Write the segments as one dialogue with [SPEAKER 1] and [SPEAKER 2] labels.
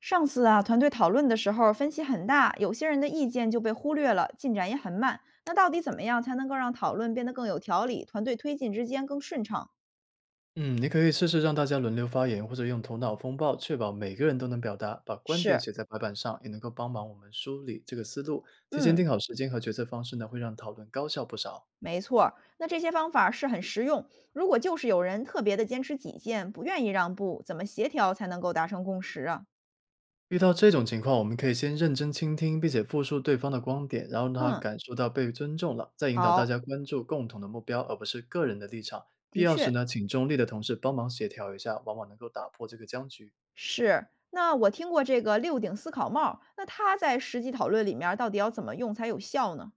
[SPEAKER 1] 上次啊，团队讨论的时候分歧很大，有些人的意见就被忽略了，进展也很慢。那到底怎么样才能够让讨论变得更有条理，团队推进之间更顺畅？
[SPEAKER 2] 嗯，你可以试试让大家轮流发言，或者用头脑风暴，确保每个人都能表达，把观点
[SPEAKER 1] 是，
[SPEAKER 2] 写在白板上，也能够帮忙我们梳理这个思路。提前
[SPEAKER 1] 嗯，
[SPEAKER 2] 定好时间和决策方式呢，会让讨论高效不少。
[SPEAKER 1] 没错儿。那这些方法是很实用。如果就是有人特别的坚持己见，不愿意让步，怎么协调才能够达成共识啊？
[SPEAKER 2] 遇到这种情况，我们可以先认真倾听，并且复述对方的观点，然后让他
[SPEAKER 1] 嗯，
[SPEAKER 2] 感受到被尊重了，再引导大
[SPEAKER 1] 好，
[SPEAKER 2] 家关注共同的目标，而不是个人的立场。必
[SPEAKER 1] 的
[SPEAKER 2] 要时
[SPEAKER 1] 确
[SPEAKER 2] 呢，请中立的同事帮忙协调一下，往往能够打破这个僵局。
[SPEAKER 1] 是。那我听过这个六顶思考帽儿，那它在实际讨论里面儿到底要怎么用才有效呢？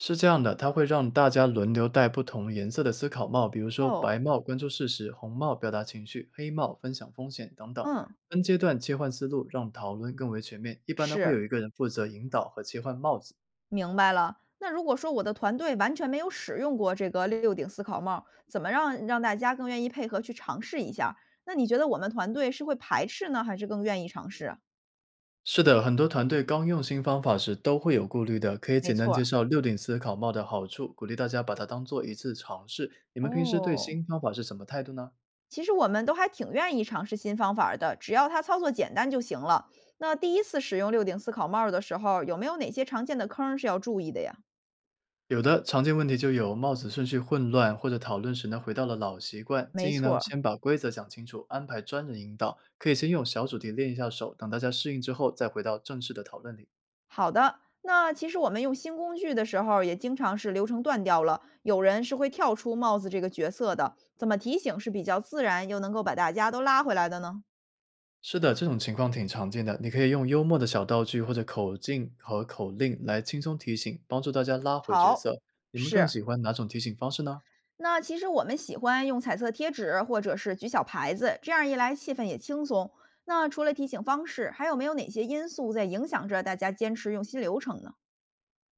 [SPEAKER 2] 是这样的，它会让大家轮流戴不同颜色的思考帽，比如说
[SPEAKER 1] 哦，
[SPEAKER 2] 白帽关注事实，红帽表达情绪，黑帽分享风险等等。
[SPEAKER 1] 嗯，
[SPEAKER 2] 分阶段切换思路，让讨论更为全面。一般呢，会
[SPEAKER 1] 是。
[SPEAKER 2] 有一个人负责引导和切换帽子。
[SPEAKER 1] 明白了。那如果说我的团队完全没有使用过这个六顶思考帽，怎么让大家更愿意配合去尝试一下？那你觉得我们团队是会排斥呢，还是更愿意尝试啊？
[SPEAKER 2] 是的，很多团队刚用新方法时都会有顾虑的，可以
[SPEAKER 1] 没
[SPEAKER 2] 简单
[SPEAKER 1] 错
[SPEAKER 2] 介
[SPEAKER 1] 儿，
[SPEAKER 2] 绍六顶思考帽的好处，鼓励大家把它当做一次尝试。你们平时对
[SPEAKER 1] 哦，
[SPEAKER 2] 新方法是什么态度呢？
[SPEAKER 1] 其实我们都还挺愿意尝试新方法儿的，只要它操作简单就行了。那第一次使用六顶思考帽儿的时候，有没有哪些常见的坑儿是要注意的呀？
[SPEAKER 2] 有的常见问题就有帽子顺序混乱，或者讨论时呢回到了老习惯。
[SPEAKER 1] 没
[SPEAKER 2] 建议呢
[SPEAKER 1] 错，
[SPEAKER 2] 先把规则讲清楚，安排专人引导，可以先用小主题练一下手，等大家适应之后再回到正式的讨论里。
[SPEAKER 1] 好的，那其实我们用新工具的时候，也经常是流程断掉了，有人是会跳出帽子这个角色的，怎么提醒是比较自然又能够把大家都拉回来的呢？
[SPEAKER 2] 是的，这种情况挺常见的，你可以用幽默的小道具或者口径和口令来轻松提醒，帮助大家拉回角
[SPEAKER 1] 好，
[SPEAKER 2] 色。你们更
[SPEAKER 1] 是。
[SPEAKER 2] 喜欢哪种提醒方式呢？
[SPEAKER 1] 那其实我们喜欢用彩色贴纸或者是举小牌子，这样一来气氛也轻松。那除了提醒方式，还有没有哪些因素在影响着大家坚持用新流程呢？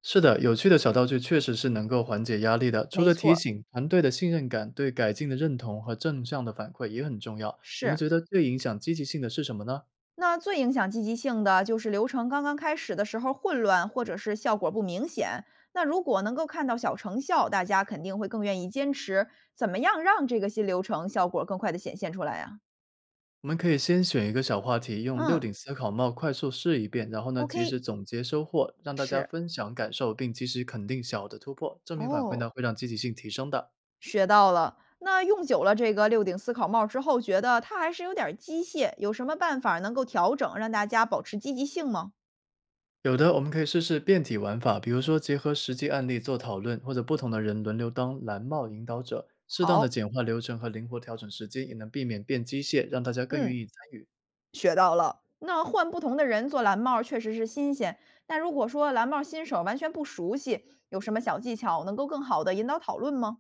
[SPEAKER 2] 是的，有趣的小道具确实是能够缓解压力的。除
[SPEAKER 1] 没
[SPEAKER 2] 了
[SPEAKER 1] 错
[SPEAKER 2] 提
[SPEAKER 1] 儿，
[SPEAKER 2] 醒，团队的信任感、对改进的认同和正向的反馈也很重要。你们
[SPEAKER 1] 是。
[SPEAKER 2] 觉得最影响积极性的是什么呢？
[SPEAKER 1] 那最影响积极性的就是流程刚刚开始的时候混乱，或者是效果不明显。那如果能够看到小成效，大家肯定会更愿意坚持。怎么样让这个新流程效果更快的显现出来呀、
[SPEAKER 2] 我们可以先选一个小话题，用六
[SPEAKER 1] 嗯
[SPEAKER 2] 顶思考帽快速试一遍，然后呢，及
[SPEAKER 1] ，OK，
[SPEAKER 2] 时总结收获，让大家
[SPEAKER 1] 是，
[SPEAKER 2] 分享感受，并及时肯定小的突破。正面反馈呢，
[SPEAKER 1] 哦，
[SPEAKER 2] 会让积极性提升的。
[SPEAKER 1] 学到了。那用久了这个六顶思考帽之后，觉得它还是有点儿机械，有什么办法能够调整，让大家保持积极性吗？
[SPEAKER 2] 有的，我们可以试试变体玩法，比如说结合实际案例做讨论，或者不同的人轮流当蓝帽引导者，适当的
[SPEAKER 1] 好，
[SPEAKER 2] 简化流程和灵活调整时间，也能避免变机械，让大家更愿
[SPEAKER 1] 嗯。
[SPEAKER 2] 意参与。
[SPEAKER 1] 学到了。那换不同的人做蓝帽儿确实是新鲜，那如果说蓝帽儿新手完全不熟悉，有什么小技巧能够更好的引导讨论吗？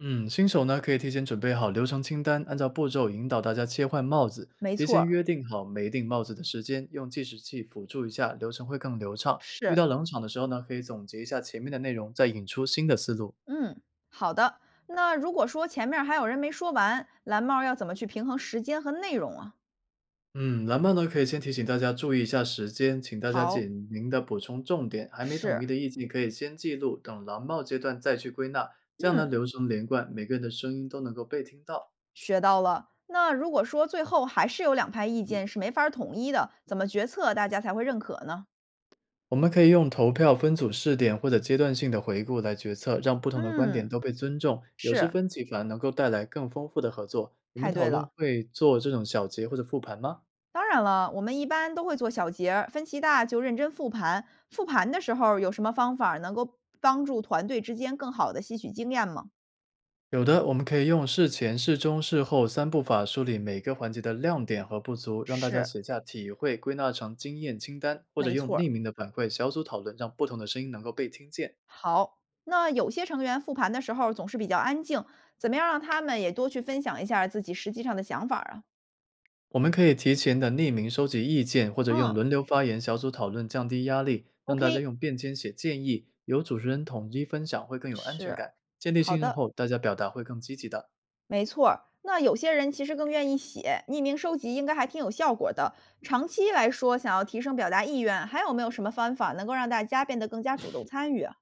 [SPEAKER 2] 嗯，新手呢可以提前准备好流程清单，按照步骤引导大家切换帽子，
[SPEAKER 1] 没
[SPEAKER 2] 提
[SPEAKER 1] 错
[SPEAKER 2] 前
[SPEAKER 1] 儿，
[SPEAKER 2] 约定好每顶帽子的时间，用计时器辅助一下，流程会更流畅。遇
[SPEAKER 1] 是，
[SPEAKER 2] 到冷场的时候呢，可以总结一下前面的内容，再引出新的思路。
[SPEAKER 1] 嗯，好的。那如果说前面儿还有人没说完，蓝帽儿要怎么去平衡时间和内容啊？
[SPEAKER 2] 嗯，蓝帽呢可以先提醒大家注意一下时间，请大家
[SPEAKER 1] 好，
[SPEAKER 2] 简明的补充重点，还没统
[SPEAKER 1] 是，
[SPEAKER 2] 一的意见可以先记录，等蓝帽阶段再去归纳，这样呢
[SPEAKER 1] 嗯，
[SPEAKER 2] 流程连贯，每个人的声音都能够被听到。
[SPEAKER 1] 学到了。那如果说最后还是有两派意见是没法儿统一的，怎么决策大家才会认可呢？
[SPEAKER 2] 我们可以用投票、分组试点或者阶段性的回顾来决策，让不同的观点
[SPEAKER 1] 嗯，
[SPEAKER 2] 都被尊重。有时
[SPEAKER 1] 是，
[SPEAKER 2] 分歧反而能够带来更丰富的合作。你们
[SPEAKER 1] 太
[SPEAKER 2] 讨
[SPEAKER 1] 对
[SPEAKER 2] 论
[SPEAKER 1] 了。
[SPEAKER 2] 会做这种小结或者复盘吗？
[SPEAKER 1] 当然了，我们一般都会做小结儿，分歧大就认真复盘。复盘的时候有什么方法能够帮助团队之间更好的吸取经验吗？
[SPEAKER 2] 有的，我们可以用事前、事中、事后3步法梳理每个环节的亮点和不足，让大家
[SPEAKER 1] 是，
[SPEAKER 2] 写下体会，归纳成经验清单，或者
[SPEAKER 1] 没
[SPEAKER 2] 用
[SPEAKER 1] 错儿。
[SPEAKER 2] 匿名的反馈小组讨论，让不同的声音能够被听见。
[SPEAKER 1] 好，那有些成员复盘的时候总是比较安静，怎么样让他们也多去分享一下自己实际上的想法儿啊？
[SPEAKER 2] 我们可以提前的匿名收集意见，或者用
[SPEAKER 1] 嗯
[SPEAKER 2] 轮流发言小组讨论，降低压力，让大家
[SPEAKER 1] ，OK，
[SPEAKER 2] 用便签写建议，由主持人统一分享会更有安全
[SPEAKER 1] 是，
[SPEAKER 2] 感。建立
[SPEAKER 1] 好
[SPEAKER 2] 信任
[SPEAKER 1] 的。
[SPEAKER 2] 后，大家表达会更积极的。
[SPEAKER 1] 没错儿，那有些人其实更愿意写，匿名收集应该还挺有效果的。长期来说，想要提升表达意愿，还有没有什么方法能够让大家变得更加主动参与啊？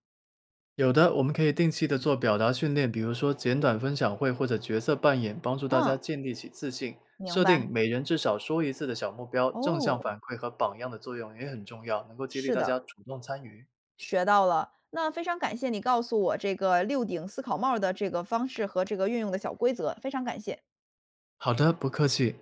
[SPEAKER 2] 有的，我们可以定期的做表达训练，比如说简短分享会或者角色扮演，帮助大家
[SPEAKER 1] 嗯，
[SPEAKER 2] 建立起自信。
[SPEAKER 1] 明
[SPEAKER 2] 设
[SPEAKER 1] 白。
[SPEAKER 2] 定每人至少说一次的小目标，正向
[SPEAKER 1] 哦，
[SPEAKER 2] 反馈和榜样的作用也很重要，能够激励
[SPEAKER 1] 是
[SPEAKER 2] 大家
[SPEAKER 1] 的，
[SPEAKER 2] 主动参与。
[SPEAKER 1] 学到了。那非常感谢你告诉我这个六顶思考帽儿的这个方式和这个运用的小规则，非常感谢。
[SPEAKER 2] 好的，不客气。